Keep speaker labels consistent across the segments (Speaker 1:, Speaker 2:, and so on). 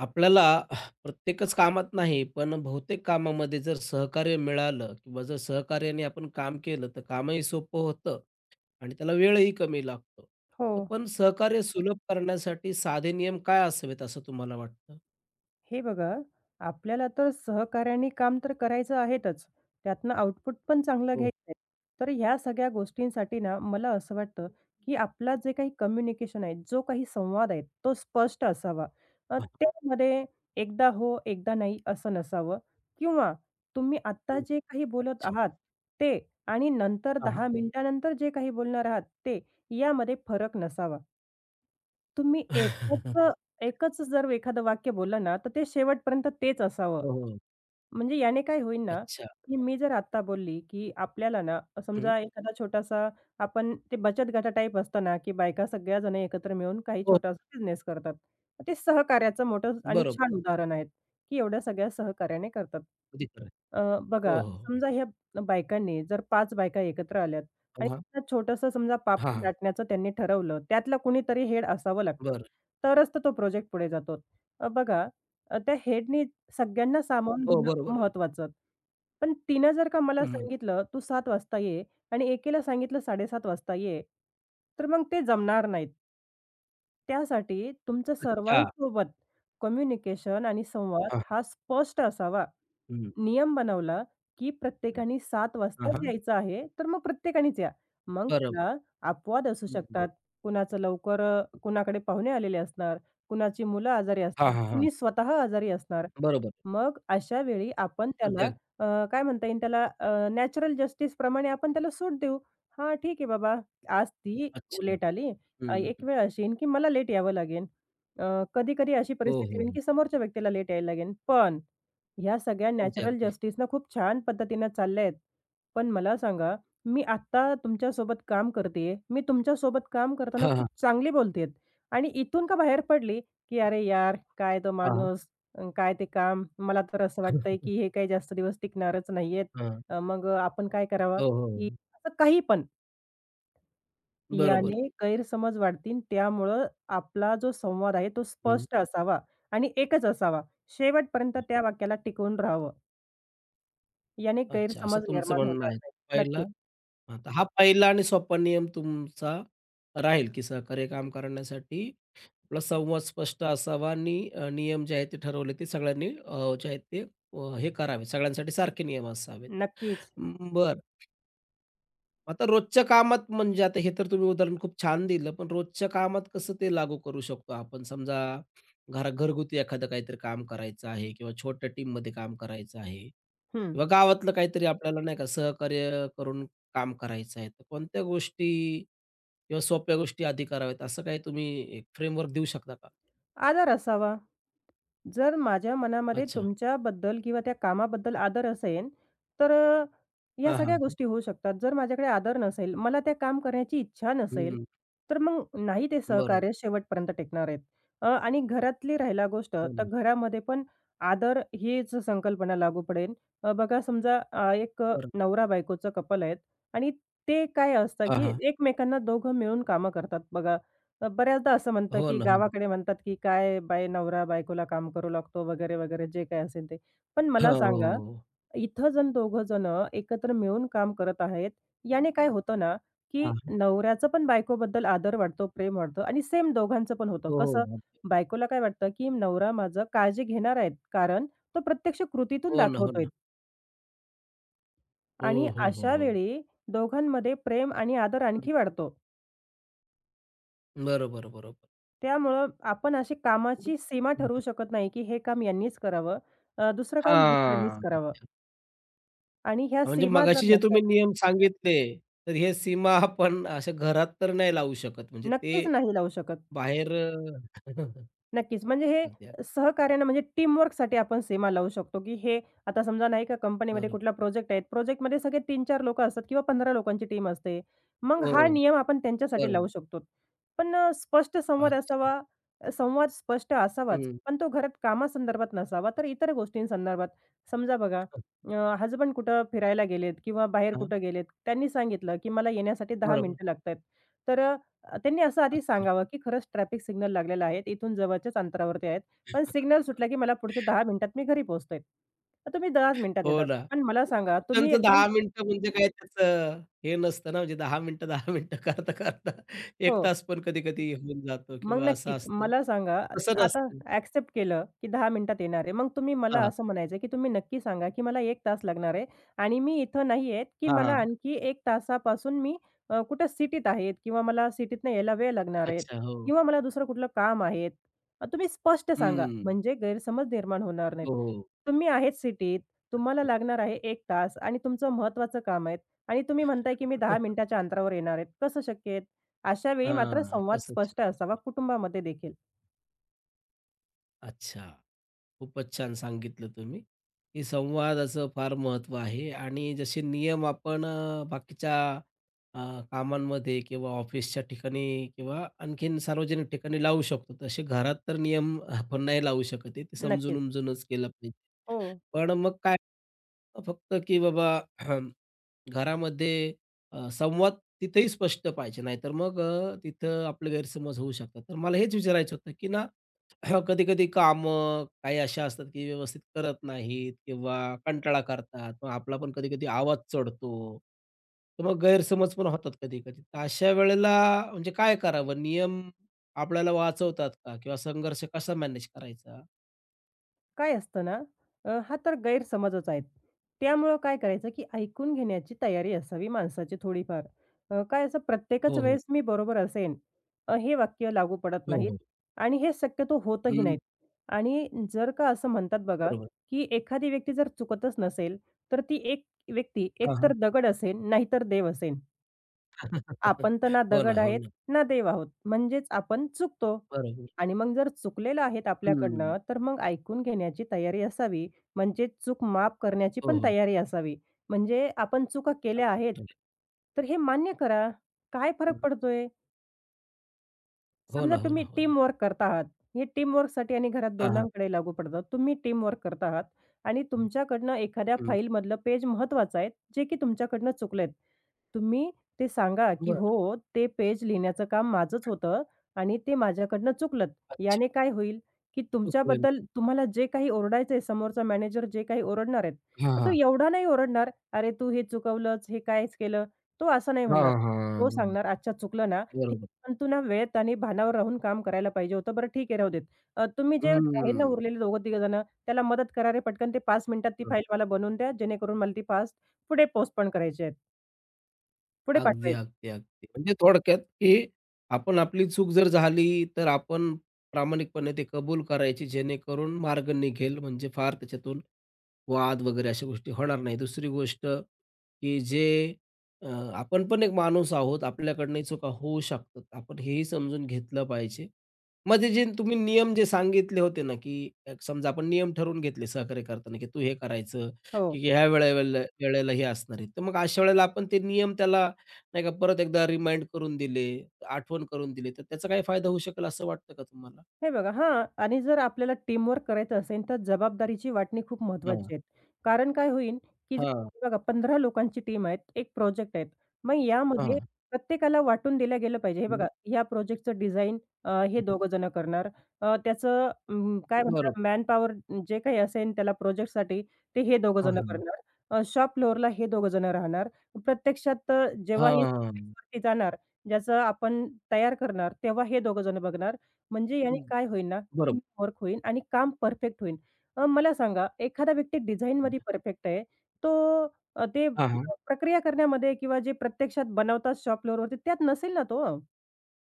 Speaker 1: आपल्याला प्रत्येकच कामात नाही, पण बहुतेक कामामध्ये जर सहकार्य मिळालं किंवा जर सहकार्याने आपण काम केलं, तर कामही सोपं होतं आणि त्याला वेळही कमी लागतो.
Speaker 2: हो.
Speaker 1: तर पण सहकार्य सुलभ करण्यासाठी साधे नियम काय असावेत असं तुम्हाला वाटतं?
Speaker 2: हे बघा, आपल्याला तर सहकार्याने काम तर करायचं आहेतच. त्यातनं आउटपुट पण चांगलं
Speaker 1: हो.
Speaker 2: घ्यायचं आहे. तर ह्या सगळ्या गोष्टींसाठी ना, मला असं वाटतं, की आपला जे काही कम्युनिकेशन आहे, जो काही संवाद आहे, तो स्पष्ट असावा.
Speaker 1: हां,
Speaker 2: त्यामध्ये एकदा हो, एकदा नाही असं नसावं किंवा तुम्ही आत्ता
Speaker 1: हां.
Speaker 2: जे काही बोलत
Speaker 1: अच्छा.
Speaker 2: आहात ते आणि नंतर
Speaker 1: हां, हां.
Speaker 2: 10 मिनिटानंतर जे काही बोलणार आहात ते, यामध्ये फरक नसावा. तुम्ही एकच एकच जर एखादं वाक्य बोललं ना, तर ते शेवटपर्यंत तेच असावं.
Speaker 1: हो, हो.
Speaker 2: म्हणजे याने काय होईल ना,
Speaker 1: अच्छा.
Speaker 2: की मी जर आत्ता बोलली, की आपल्याला ना
Speaker 1: हं.
Speaker 2: समजा एखादा छोटासा आपण ते बचत गटा टाईप असतं ना, की बायका सगळ्या जणी एकत्र मिळून काही
Speaker 1: हो,
Speaker 2: छोटासा बिझनेस करतात. ते सहकार्याचं मोठं आणि
Speaker 1: बरोबर.
Speaker 2: छान उदाहरण आहे, की एवढ्या सगळ्या सहकार्याने करतात.
Speaker 1: अगदी खरं आहे. हो,
Speaker 2: बघा
Speaker 1: हो.
Speaker 2: समजा ह्या बायकांनी जर 5 बायका एकत्र आल्यात
Speaker 1: हां, हां.
Speaker 2: आणि छोटंसं समजा पापड
Speaker 1: हां,
Speaker 2: लाटण्याचं त्यांनी ठरवलं, त्यातलं कुणीतरी हेड असावं लागतं,
Speaker 1: बरं.
Speaker 2: तरच तर तो प्रोजेक्ट पुढे जातो. अ, बघा त्या हेडनी सगळ्यांना सामावून
Speaker 1: हो,
Speaker 2: घेणं
Speaker 1: बरोबर आहे.
Speaker 2: महत्त्वाचं. पण तिनं जर का मला
Speaker 1: हं.
Speaker 2: सांगितलं, "तू 7:00 वाजता ये" आणि एकेला सांगितलं 7:30 वाजता ये, तर मग ते जमणार नाहीत. त्यासाठी तुमचं
Speaker 1: अच्छा.
Speaker 2: सर्वांसोबत कम्युनिकेशन आणि संवाद
Speaker 1: हां.
Speaker 2: हा स्पष्ट असावा.
Speaker 1: हं.
Speaker 2: नियम बनवला, की प्रत्येकाने सात
Speaker 1: हां,
Speaker 2: वाजताच
Speaker 1: हां.
Speaker 2: यायचं आहे, तर मग प्रत्येकानेच या. मग
Speaker 1: बरोबर.
Speaker 2: त्याला अपवाद असू
Speaker 1: हं.
Speaker 2: शकतात. कुणाचं लवकर कुणाकडे पाहुणे आलेले असणार, कुणाची मुलं आजारी
Speaker 1: हां,
Speaker 2: असणार,
Speaker 1: हां, हां.
Speaker 2: कुणी स्वतः आजारी असणार.
Speaker 1: बरोबर.
Speaker 2: मग अशा वेळी आपण
Speaker 1: अगदी,
Speaker 2: त्याला
Speaker 1: अगदी.
Speaker 2: अ, काय म्हणता येईल त्याला नॅचरल जस्टिसप्रमाणे आपण त्याला सूट देऊ. "हां, ठीक आहे बाबा, आज ती
Speaker 1: अच्छा.
Speaker 2: लेट आली,
Speaker 1: हं.
Speaker 2: एक वेळ अशी येईन की मला लेट यावं लागेल. अ, कधी-कधी अशी
Speaker 1: हो,
Speaker 2: परिस्थिती
Speaker 1: हो,
Speaker 2: येईल की
Speaker 1: हो.
Speaker 2: समोरच्या व्यक्तीला लेट यायला लागेल. पण ह्या सगळ्या
Speaker 1: अगदी,
Speaker 2: नॅचरल
Speaker 1: अगदी.
Speaker 2: जस्टिसनं खूप छान पद्धतीनं चालल्या आहेत. पण मला सांगा, मी आत्ता तुमच्यासोबत काम करते, मी तुमच्यासोबत काम करताना
Speaker 1: हां,
Speaker 2: खूप
Speaker 1: हां.
Speaker 2: चांगली बोलतेय आणि इथून का बाहेर पडली की "अरे यार, काय तो
Speaker 1: हां, हां.
Speaker 2: माणूस, काय ते काम. मला तर असं वाटतंय की हे काही जास्त दिवस टिकणारच नाहीयेत.
Speaker 1: हां.
Speaker 2: मग आपण काय करावं?"
Speaker 1: हो, हो, हो.
Speaker 2: की असं काही पण.
Speaker 1: बरोबर.
Speaker 2: याने गैरसमज वाढतील. त्यामुळं आपला जो संवाद आहे तो
Speaker 1: हं.
Speaker 2: स्पष्ट असावा आणि एकच असावा. शेवटपर्यंत त्या वाक्याला टिकून राहावं. याने
Speaker 1: अच्छा, असं
Speaker 2: गैरसमज
Speaker 1: तुमचं
Speaker 2: निर्माण
Speaker 1: म्हणणं
Speaker 2: होणार
Speaker 1: आहे.
Speaker 2: नाही.
Speaker 1: पहिला
Speaker 2: नक्कीच,
Speaker 1: हां, तर हा पहिला आणि सोपा नियम तुमचा राहील, की सहकार्य काम करण्यासाठी आपला संवाद स्पष्ट असावा आणि नियम जे आहेत ते ठरवले, ते सगळ्यांनी जे आहेत ते हे करावे. सगळ्यांसाठी सारखे नियम असावेत.
Speaker 2: नक्कीच.
Speaker 1: बरं. आता रोजच्या कामात म्हणजे आता हे तर तुम्ही उदाहरण खूप छान दिलं, पण रोजच्या कामात कसं ते लागू करू शकतो आपण? समजा घरगुती एखादं काहीतरी काम करायचं आहे किंवा छोट्या टीममध्ये काम करायचं आहे
Speaker 2: हं.
Speaker 1: किंवा गावातलं काहीतरी आपल्याला नाही का सहकार्य करून काम करायचं आहे. तर कोणत्या गोष्टी किंवा सोप्या गोष्टी आधी कराव्यात असं काही तुम्ही एक फ्रेमवर्क देऊ शकता का?
Speaker 2: आदर असावा. जर माझ्या मनामध्ये
Speaker 1: अच्छा.
Speaker 2: तुमच्याबद्दल किंवा त्या कामाबद्दल आदर असेल, तर या
Speaker 1: हां,
Speaker 2: सगळ्या
Speaker 1: हां.
Speaker 2: गोष्टी होऊ शकतात. जर माझ्याकडे आदर नसेल, मला त्या काम करण्याची इच्छा नसेल,
Speaker 1: हं.
Speaker 2: तर मग नाही ते
Speaker 1: बरोबर.
Speaker 2: सहकार्य शेवटपर्यंत टिकणार आहेत. आणि घरातली राहिला गोष्ट,
Speaker 1: हो
Speaker 2: तर
Speaker 1: ना.
Speaker 2: घरामध्ये पण आदर हीच संकल्पना लागू पडेल. अ, बघा समजा अ, एक
Speaker 1: बरोबर.
Speaker 2: नवरा-बायकोचं कपल आहेत आणि ते काय असतं,
Speaker 1: हां,
Speaker 2: की
Speaker 1: हां.
Speaker 2: एकमेकांना दोघं मिळून कामं करतात बघा. बऱ्याचदा असं म्हणतं,
Speaker 1: हो
Speaker 2: की
Speaker 1: ना, हो ना.
Speaker 2: गावाकडे म्हणतात, की काय बाय नवरा बायकोला काम करू लागतो वगैरे, वगैरे जे काही असेल ते. पण मला
Speaker 1: हां, हो,
Speaker 2: सांगा,
Speaker 1: हो, हो.
Speaker 2: इथं जण दोघं जणं एकत्र मिळून काम करत आहेत. याने काय होतं ना, की नवऱ्याचं पण बायकोबद्दल आदर वाढतो, प्रेम वाढतं आणि सेम दोघांचं पण होतं.
Speaker 1: हो,
Speaker 2: कसं?
Speaker 1: हो.
Speaker 2: बायकोला काय वाटतं, की नवरा माझं काळजी घेणार आहेत, कारण तो प्रत्यक्ष कृतीतून
Speaker 1: हो ना, हो
Speaker 2: दाखवतोय
Speaker 1: ना. हो,
Speaker 2: आणि
Speaker 1: हो, हो,
Speaker 2: अशा
Speaker 1: हो.
Speaker 2: वेळी दोघांमध्ये प्रेम आणि आदर
Speaker 1: हं.
Speaker 2: आणखी वाढतो.
Speaker 1: बरोबर, बरोबर.
Speaker 2: त्यामुळं आपण अशी कामाची सीमा ठरवू शकत नाही, की हे काम यांनीच करावं, दुसरं काम दुसऱ्यांनीच
Speaker 1: हां.
Speaker 2: करावं आणि ह्या
Speaker 1: म्हणजे
Speaker 2: सीमा जर
Speaker 1: मगाशी जे
Speaker 2: नसेल
Speaker 1: तुम्ही नियम सांगितले, तर हे सीमा आपण अशा घरात तर नाही लावू शकत. म्हणजे ते
Speaker 2: नक्कीच नाही लावू शकत.
Speaker 1: बाहेर अगदी,
Speaker 2: नक्कीच. म्हणजे
Speaker 1: अगदी.
Speaker 2: हे सहकार्यानं म्हणजे टीमवर्कसाठी आपण सीमा लावू शकतो, की हे आता समजा नाही का कंपनीमध्ये
Speaker 1: बरोबर.
Speaker 2: कुठला प्रोजेक्ट आहे. प्रोजेक्टमध्ये सगळे 3-4 लोकं असतात किंवा 15 लोकांची टीम असते. मग
Speaker 1: हो,
Speaker 2: हा नियम आपण त्यांच्यासाठी
Speaker 1: बरोबर.
Speaker 2: लावू शकतो. पण स्पष्ट संवाद
Speaker 1: अच्छा.
Speaker 2: असावा. संवाद स्पष्ट असावाच,
Speaker 1: हं.
Speaker 2: पण तो घरात कामासंदर्भात नसावा, तर इतर गोष्टींसंदर्भात. समजा बघा हसबंड कुठं फिरायला गेलेत किंवा बाहेर
Speaker 1: हां,
Speaker 2: कुठं गेलेत. त्यांनी सांगितलं, की मला येण्यासाठी 10
Speaker 1: बरोबर.
Speaker 2: मिनिटं लागतायत. तर त्यांनी असं आधी
Speaker 1: अच्छा.
Speaker 2: सांगावं, की खरंच ट्रॅफिक सिग्नल लागलेला आहे. इथून जवळच्याच अंतरावरती आहेत. पण सिग्नल सुटला, की मला पुढचे 10 मिनिटात मी घरी पोहोचतोय. तर तुम्ही 10च मिनिटात
Speaker 1: हो
Speaker 2: येतात.
Speaker 1: ना.
Speaker 2: पण मला सांगा तुम्ही
Speaker 1: त्यांचं
Speaker 2: एकदम
Speaker 1: 10 मिनिटं म्हणजे काय त्याचं हे नसतं ना, म्हणजे 10 मिनिटं, 10 मिनिटं करता-करता
Speaker 2: हो.
Speaker 1: 1 तास पण कधी-कधी होऊन जातो
Speaker 2: मग
Speaker 1: किंवा असं
Speaker 2: नक्कीच.
Speaker 1: असतं. तसं
Speaker 2: आता
Speaker 1: नसतं.
Speaker 2: ॲक्सेप्ट केलं, की 10 मिनिटात येणार आहे. मग तुम्ही मला
Speaker 1: हां, हां.
Speaker 2: असं म्हणायचं आहे, की तुम्ही नक्की सांगा, की मला 1 तास लागणार आहे आणि मी इथं नाही आहेत, की मला
Speaker 1: हां,
Speaker 2: आणखी 1 तासापासून मी कुठं सिटीत आहेत किंवा मला सिटीतनं यायला वेळ लागणार आहेत
Speaker 1: अच्छा. हो.
Speaker 2: किंवा मला दुसरं कुठलं काम आहेत. तुम्ही स्पष्ट सांगा,
Speaker 1: हं.
Speaker 2: म्हणजे गैरसमज निर्माण होणार नाहीत.
Speaker 1: हो.
Speaker 2: तुम्ही आहेत सिटीत, तुम्हाला लागणार आहे 1 तास आणि तुमचं महत्त्वाचं काम आहे आणि तुम्ही म्हणताय, की मी 10 मिनिटाच्या अंतरावर येणार आहेत. कसं शक्य आहे? अशा वेळी मात्र
Speaker 1: हां.
Speaker 2: संवाद
Speaker 1: कसं
Speaker 2: स्पष्ट असावा कुटुंबामध्ये देखील.
Speaker 1: अच्छा. खूपच छान सांगितलं तुम्ही, की संवादाचं फार महत्त्व आहे आणि जसे नियम आपण बाकीच्या अ, कामांमध्ये किंवा ऑफिसच्या ठिकाणी किंवा आणखीन सार्वजनिक ठिकाणी लावू शकतो, तसे घरात तर नियम आपण नाही लावू शकत आहे. ते
Speaker 2: नक्कीच.
Speaker 1: समजून-उमजूनच केलं पाहिजे.
Speaker 2: हो.
Speaker 1: पण मग काय फक्त की बाबा घरामध्ये संवाद तिथेही स्पष्ट पाहिजे, नाहीतर मग तिथं आपले गैरसमज होऊ शकतात. तर मला हेच विचारायचं होतं, की ना हो, कधी-कधी कामं काही अशा असतात, की व्यवस्थित करत नाहीत किंवा कंटाळा करतात. मग आपला पण कधी-कधी आवाज चढतो. तर मग गैरसमज पण होतात कधी-कधी. तर अशा वेळेला म्हणजे काय करावं? नियम आपल्याला वाचवतात का? किंवा संघर्ष कसा मॅनेज करायचा?
Speaker 2: काय असतं ना, हा तर गैरसमजच आहेत. त्यामुळं काय करायचं, की ऐकून घेण्याची तयारी असावी माणसाची थोडीफार. काय असं प्रत्येकच
Speaker 1: हो, हो.
Speaker 2: वेळेस मी बरोबर असेन, हे वाक्य लागू पडत
Speaker 1: हो,
Speaker 2: नाहीत
Speaker 1: हो.
Speaker 2: आणि हे शक्यतो होतही
Speaker 1: हं,
Speaker 2: नाहीत. आणि जर का असं म्हणतात बघा,
Speaker 1: बरोबर.
Speaker 2: की एखादी व्यक्ती जर चुकतच नसेल, तर ती एक व्यक्ती
Speaker 1: हां,
Speaker 2: एकतर
Speaker 1: हां.
Speaker 2: दगड असेल, नाहीतर देव असेल. आपण तर ना
Speaker 1: हो ना,
Speaker 2: दगड
Speaker 1: हो
Speaker 2: आहेत,
Speaker 1: ना.
Speaker 2: ना देव आहोत. म्हणजेच आपण चुकतो.
Speaker 1: बरोबर.
Speaker 2: आणि मग जर चुकलेलं आहेत
Speaker 1: हं.
Speaker 2: आपल्याकडनं, तर मग ऐकून घेण्याची तयारी असावी. म्हणजे चूक माफ करण्याची
Speaker 1: हो,
Speaker 2: पण
Speaker 1: हो.
Speaker 2: तयारी असावी. म्हणजे आपण चुका केल्या
Speaker 1: अगदी
Speaker 2: आहेत,
Speaker 1: खरं
Speaker 2: तर हे मान्य करा. काय
Speaker 1: आहे.
Speaker 2: फरक
Speaker 1: हं.
Speaker 2: पडतोय?
Speaker 1: हो
Speaker 2: समजा
Speaker 1: ना, हो
Speaker 2: तुम्ही
Speaker 1: ना, हो ना.
Speaker 2: टीमवर्क करत आहात. हे टीमवर्कसाठी आणि घरात
Speaker 1: हां, हां.
Speaker 2: दोघांकडे लागू पडतं. तुम्ही टीमवर्क करत आहात आणि तुमच्याकडनं एखाद्या
Speaker 1: हं.
Speaker 2: फाईलमधलं पेज महत्त्वाचं आहे, जे की तुमच्याकडनं चुकलेत. तुम्ही ते सांगा, की
Speaker 1: बरं.
Speaker 2: "हो, ते पेज लिहिण्याचं काम माझंच होतं आणि ते माझ्याकडनं चुकलं."
Speaker 1: अच्छा.
Speaker 2: याने काय होईल, की
Speaker 1: सुटलेलं
Speaker 2: तुमच्याबद्दल
Speaker 1: आहे.
Speaker 2: तुम्हाला जे काही ओरडायचंय, समोरचा मॅनेजर जे काही ओरडणार आहेत,
Speaker 1: हां,
Speaker 2: तो
Speaker 1: हां.
Speaker 2: एवढा नाही ओरडणार, "अरे, तू हे चुकवलंच, हे कायच केलं." तो असं नाही म्हणणार.
Speaker 1: हां,
Speaker 2: तो
Speaker 1: हां.
Speaker 2: सांगणार, "अच्छा, चुकलं ना, ठीक आहे.
Speaker 1: बरोबर.
Speaker 2: पण तू ना वेळेत आणि भानावर राहून काम करायला पाहिजे होतं. बरं, ठीक आहे, राहू देत. तुम्ही जे आहे ना
Speaker 1: हं.
Speaker 2: उरलेले दोघं-तिघं जणं, त्याला मदत करा रे पटकन. ते 5 मिनिटात ती
Speaker 1: हं.
Speaker 2: फाईल मला बनवून द्या, जेणेकरून मला ती फास्ट पुढे पोस्टपोन करायची आहे, पुढे
Speaker 1: अगदी,
Speaker 2: पाठवायची."
Speaker 1: अगदी, अगदी. म्हणजे थोडक्यात, की आपण आपली चूक जर झाली, तर आपण प्रामाणिकपणे ते कबूल करायची, जेणेकरून मार्ग निघेल. म्हणजे फार त्याच्यातून वाद वगैरे अशा गोष्टी होणार नाही. दुसरी गोष्ट, की जे अ, आपण पण एक माणूस आहोत, आपल्याकडनंही चुका होऊ शकतात. आपण हेही समजून घेतलं पाहिजे. मग ते जे तुम्ही नियम जे सांगितले होते ना, की एक समजा आपण नियम ठरवून घेतले सहकार्य करताना, की तू हे करायचं,
Speaker 2: हो.
Speaker 1: की की ह्या वेळेला वेळेला हे असणार आहे. तर मग अशा वेळेला आपण ते नियम त्याला नाही का परत एकदा रिमाइंड करून दिले, आठवण करून दिली, तर त्याचा काही फायदा होऊ शकेल असं वाटतं का तुम्हाला?
Speaker 2: हे बघा हां आणि जर आपल्याला टीमवर्क करायचं असेल, तर जबाबदारीची वाटणी खूप
Speaker 1: हां.
Speaker 2: महत्त्वाची आहे. कारण काय होईल, की
Speaker 1: हां,
Speaker 2: जर बघा 15 लोकांची टीम आहे, एक प्रोजेक्ट आहे. मग यामध्ये
Speaker 1: हां.
Speaker 2: प्रत्येकाला वाटून दिलं गेलं पाहिजे. हे
Speaker 1: हं.
Speaker 2: बघा, ह्या प्रोजेक्टचं डिझाइन हे दोघं जण करणार. त्याचं काय म्हणतात
Speaker 1: बरोबर.
Speaker 2: मॅनपॉवर जे काही असेल त्याला प्रोजेक्टसाठी ते हे दोघं
Speaker 1: हां,
Speaker 2: जण
Speaker 1: हां.
Speaker 2: करणार. शॉप फ्लोअरला हे दोघं जण राहणार. प्रत्यक्षात जेव्हा ही
Speaker 1: हां.
Speaker 2: सर्व्हिसवरती जाणार, ज्याचं आपण तयार करणार, तेव्हा हे दोघं जण बघणार. म्हणजे
Speaker 1: हं,
Speaker 2: याने काय होईल ना, टीम
Speaker 1: बरोबर.
Speaker 2: वर्क होईल आणि काम परफेक्ट होईल. मला सांगा एखादा व्यक्ती डिझाइनमध्ये परफेक्ट आहे. तो अ, ते
Speaker 1: हां, हां.
Speaker 2: प्रक्रिया करण्यामध्ये किंवा जे प्रत्यक्षात बनवतात शॉप फ्लोअरवरती त्यात नसेल ना तो.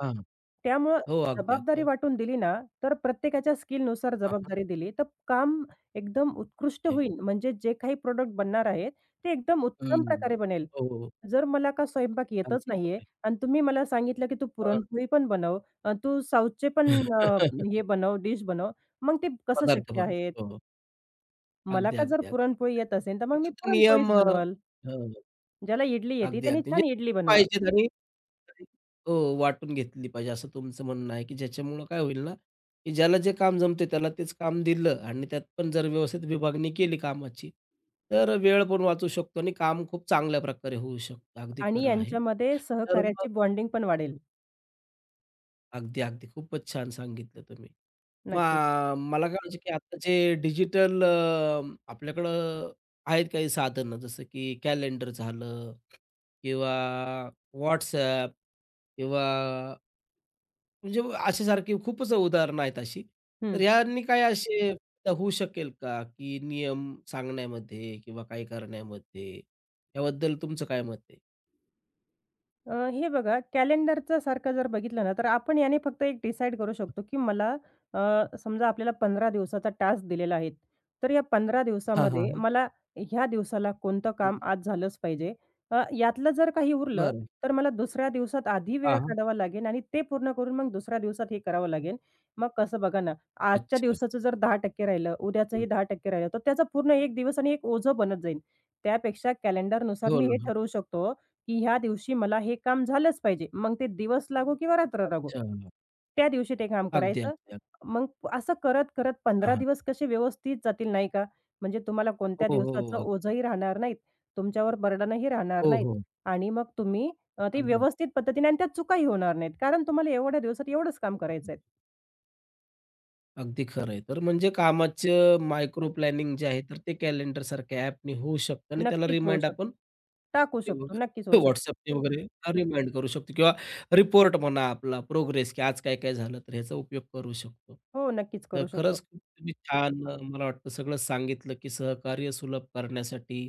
Speaker 1: हां, हां.
Speaker 2: त्यामुळं
Speaker 1: हो, अगदी, अगदी,
Speaker 2: जबाबदारी
Speaker 1: अगदी.
Speaker 2: वाटून दिली ना, तर प्रत्येकाच्या स्किलनुसार
Speaker 1: हां, हां.
Speaker 2: जबाबदारी दिली, तर काम एकदम उत्कृष्ट
Speaker 1: ते
Speaker 2: होईल. म्हणजे जे काही प्रॉडक्ट बनणार आहेत, ते एकदम उत्तम
Speaker 1: हं.
Speaker 2: प्रकारे बनेल.
Speaker 1: हो, हो, हो.
Speaker 2: जर मला का स्वयंपाक येतच
Speaker 1: अगदी
Speaker 2: नाहीये
Speaker 1: बरोबर.
Speaker 2: आणि तुम्ही मला सांगितलं, की "तू
Speaker 1: हां.
Speaker 2: पुरणपोळी पण बनव, तू साऊथचे पण अ, हे बनव, डिश बनव." मग ते कसं
Speaker 1: पदार्थ
Speaker 2: शक्य आहे?
Speaker 1: बनवतो. हो, हो.
Speaker 2: मला
Speaker 1: अगदी,
Speaker 2: का जर
Speaker 1: अगदी, अगदी.
Speaker 2: पुरणपोळी येत असेल, तर मग मी
Speaker 1: त्याच्यात
Speaker 2: पुरणपोळीच
Speaker 1: नियम अ,
Speaker 2: बनवल.
Speaker 1: हं,
Speaker 2: ज्याला इडली येते,
Speaker 1: अगदी,
Speaker 2: त्याने
Speaker 1: अगदी.
Speaker 2: छान इडली
Speaker 1: म्हणजे
Speaker 2: बनवा
Speaker 1: पाहिजेत आणि हो, वाटून घेतली पाहिजे असं तुमचं म्हणणं आहे, की ज्याच्यामुळं काय होईल ना, की ज्याला जे काम जमते त्याला तेच काम दिलं आणि त्यात पण जर व्यवस्थित विभागणी केली कामाची, तर वेळ पण वाचू शकतो आणि काम खूप चांगल्या प्रकारे होऊ शकतं. अगदी
Speaker 2: आणि
Speaker 1: खरं आहे.
Speaker 2: यांच्यामध्ये
Speaker 1: तर मग
Speaker 2: सहकार्याची बॉन्डिंग पण वाढेल.
Speaker 1: अगदी, अगदी. खूपच छान सांगितलं तुम्ही. मग
Speaker 2: नक्कीच.
Speaker 1: मला काय म्हणायचं, की आता जे डिजिटल आपल्याकडं आहेत काही साधनं जसं की कॅलेंडर झालं किंवा WhatsApp किंवा म्हणजे अशा सारखी खूपच उदाहरणं आहेत अशी.
Speaker 2: हं.
Speaker 1: तर ह्यांनी काय असे फायदा होऊ शकेल का, की नियम सांगण्यामध्ये किंवा काही करण्यामध्ये याबद्दल तुमचं काय मत आहे?
Speaker 2: हे बघा कॅलेंडरचं सारखं जर बघितलं ना, तर आपण याने फक्त एक डिसाईड करू शकतो, की मला अ, समजा आपल्याला 15 दिवसाचा टास्क दिलेला आहे. तर या 15
Speaker 1: हां, हां,
Speaker 2: दिवसामध्ये
Speaker 1: हां.
Speaker 2: मला ह्या दिवसाला कोणतं
Speaker 1: हं,
Speaker 2: काम आज झालंच पाहिजे. यातलं जर काही उरलं,
Speaker 1: बरं.
Speaker 2: तर मला दुसऱ्या दिवसात आधी वेळ
Speaker 1: हां, हां.
Speaker 2: काढावा लागेल आणि ते पूर्ण करून मग दुसऱ्या दिवसात हे करावं लागेल. मग कसं बघा ना, आजच्या
Speaker 1: अच्छा.
Speaker 2: दिवसाचं जर 10% राहिलं, उद्याचंही
Speaker 1: हं.
Speaker 2: 10% राहिलं, तर त्याचा पूर्ण 1 दिवस आणि एक ओझं बनत जाईल. त्यापेक्षा कॅलेंडरनुसार
Speaker 1: हो
Speaker 2: मी हे
Speaker 1: ना.
Speaker 2: ठरवू शकतो की ह्या दिवशी मला हे काम झालंच पाहिजे. मग ते दिवस लागो किंवा रात्र लागो.
Speaker 1: अच्छा.
Speaker 2: त्या दिवशी ते काम
Speaker 1: अगदी,
Speaker 2: करायचं.
Speaker 1: अगदी.
Speaker 2: मग असं करत-करत 15
Speaker 1: हां, हां.
Speaker 2: दिवस कसे व्यवस्थित जातील नाही का? म्हणजे तुम्हाला कोणत्या
Speaker 1: हो, हो, हो.
Speaker 2: दिवसाचं
Speaker 1: अगदी.
Speaker 2: ओझंही राहणार नाहीत. तुमच्यावर बर्डनही राहणार
Speaker 1: हो,
Speaker 2: नाहीत
Speaker 1: हो.
Speaker 2: आणि मग तुम्ही ते
Speaker 1: अगदी,
Speaker 2: व्यवस्थित पद्धतीने आणि त्यात चुकाही होणार नाहीत. कारण तुम्हाला एवढ्या दिवसात एवढंच काम
Speaker 1: अगदी.
Speaker 2: करायचं आहे.
Speaker 1: अगदी खरं आहे. तर म्हणजे कामाचं मायक्रो प्लॅनिंग जे आहे, तर ते कॅलेंडर सारख्या ॲपनी होऊ शकतं आणि त्याला
Speaker 2: नक्कीच होऊ
Speaker 1: रिमाइंड
Speaker 2: शकतं.
Speaker 1: आपण
Speaker 2: टाकू
Speaker 1: ते
Speaker 2: शकतो.
Speaker 1: वगैरे
Speaker 2: नक्कीच होऊ शकतो.
Speaker 1: WhatsAppने वगैरे रिमाइंड करू शकतो किंवा रिपोर्ट म्हणा आपला प्रोग्रेस, की आज काय-काय झालं, तर ह्याचा उपयोग करू शकतो.
Speaker 2: हो, नक्कीच
Speaker 1: तर
Speaker 2: करू शकतो.
Speaker 1: खरंच खूप तुम्ही छान मला वाटतं सगळं सांगितलं, की सहकार्य सुलभ करण्यासाठी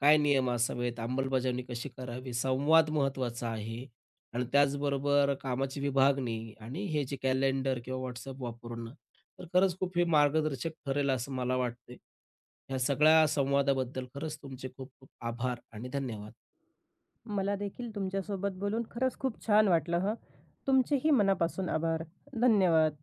Speaker 1: काय नियम असावेत, अंमलबजावणी कशी करावी, संवाद महत्त्वाचा आहे आणि त्याचबरोबर कामाची विभागणी आणि हे जे कॅलेंडर किंवा WhatsApp वापरणं तर खरंच खूप हे मार्गदर्शक ठरेल असं मला वाटतंय. ह्या सगळ्या संवादाबद्दल खरंच तुमचे खूप खूप आभार आणि धन्यवाद.
Speaker 2: मला देखील तुमच्यासोबत बोलून खरंच खूप छान वाटलं हं. तुमचेही मनापासून आभार. धन्यवाद.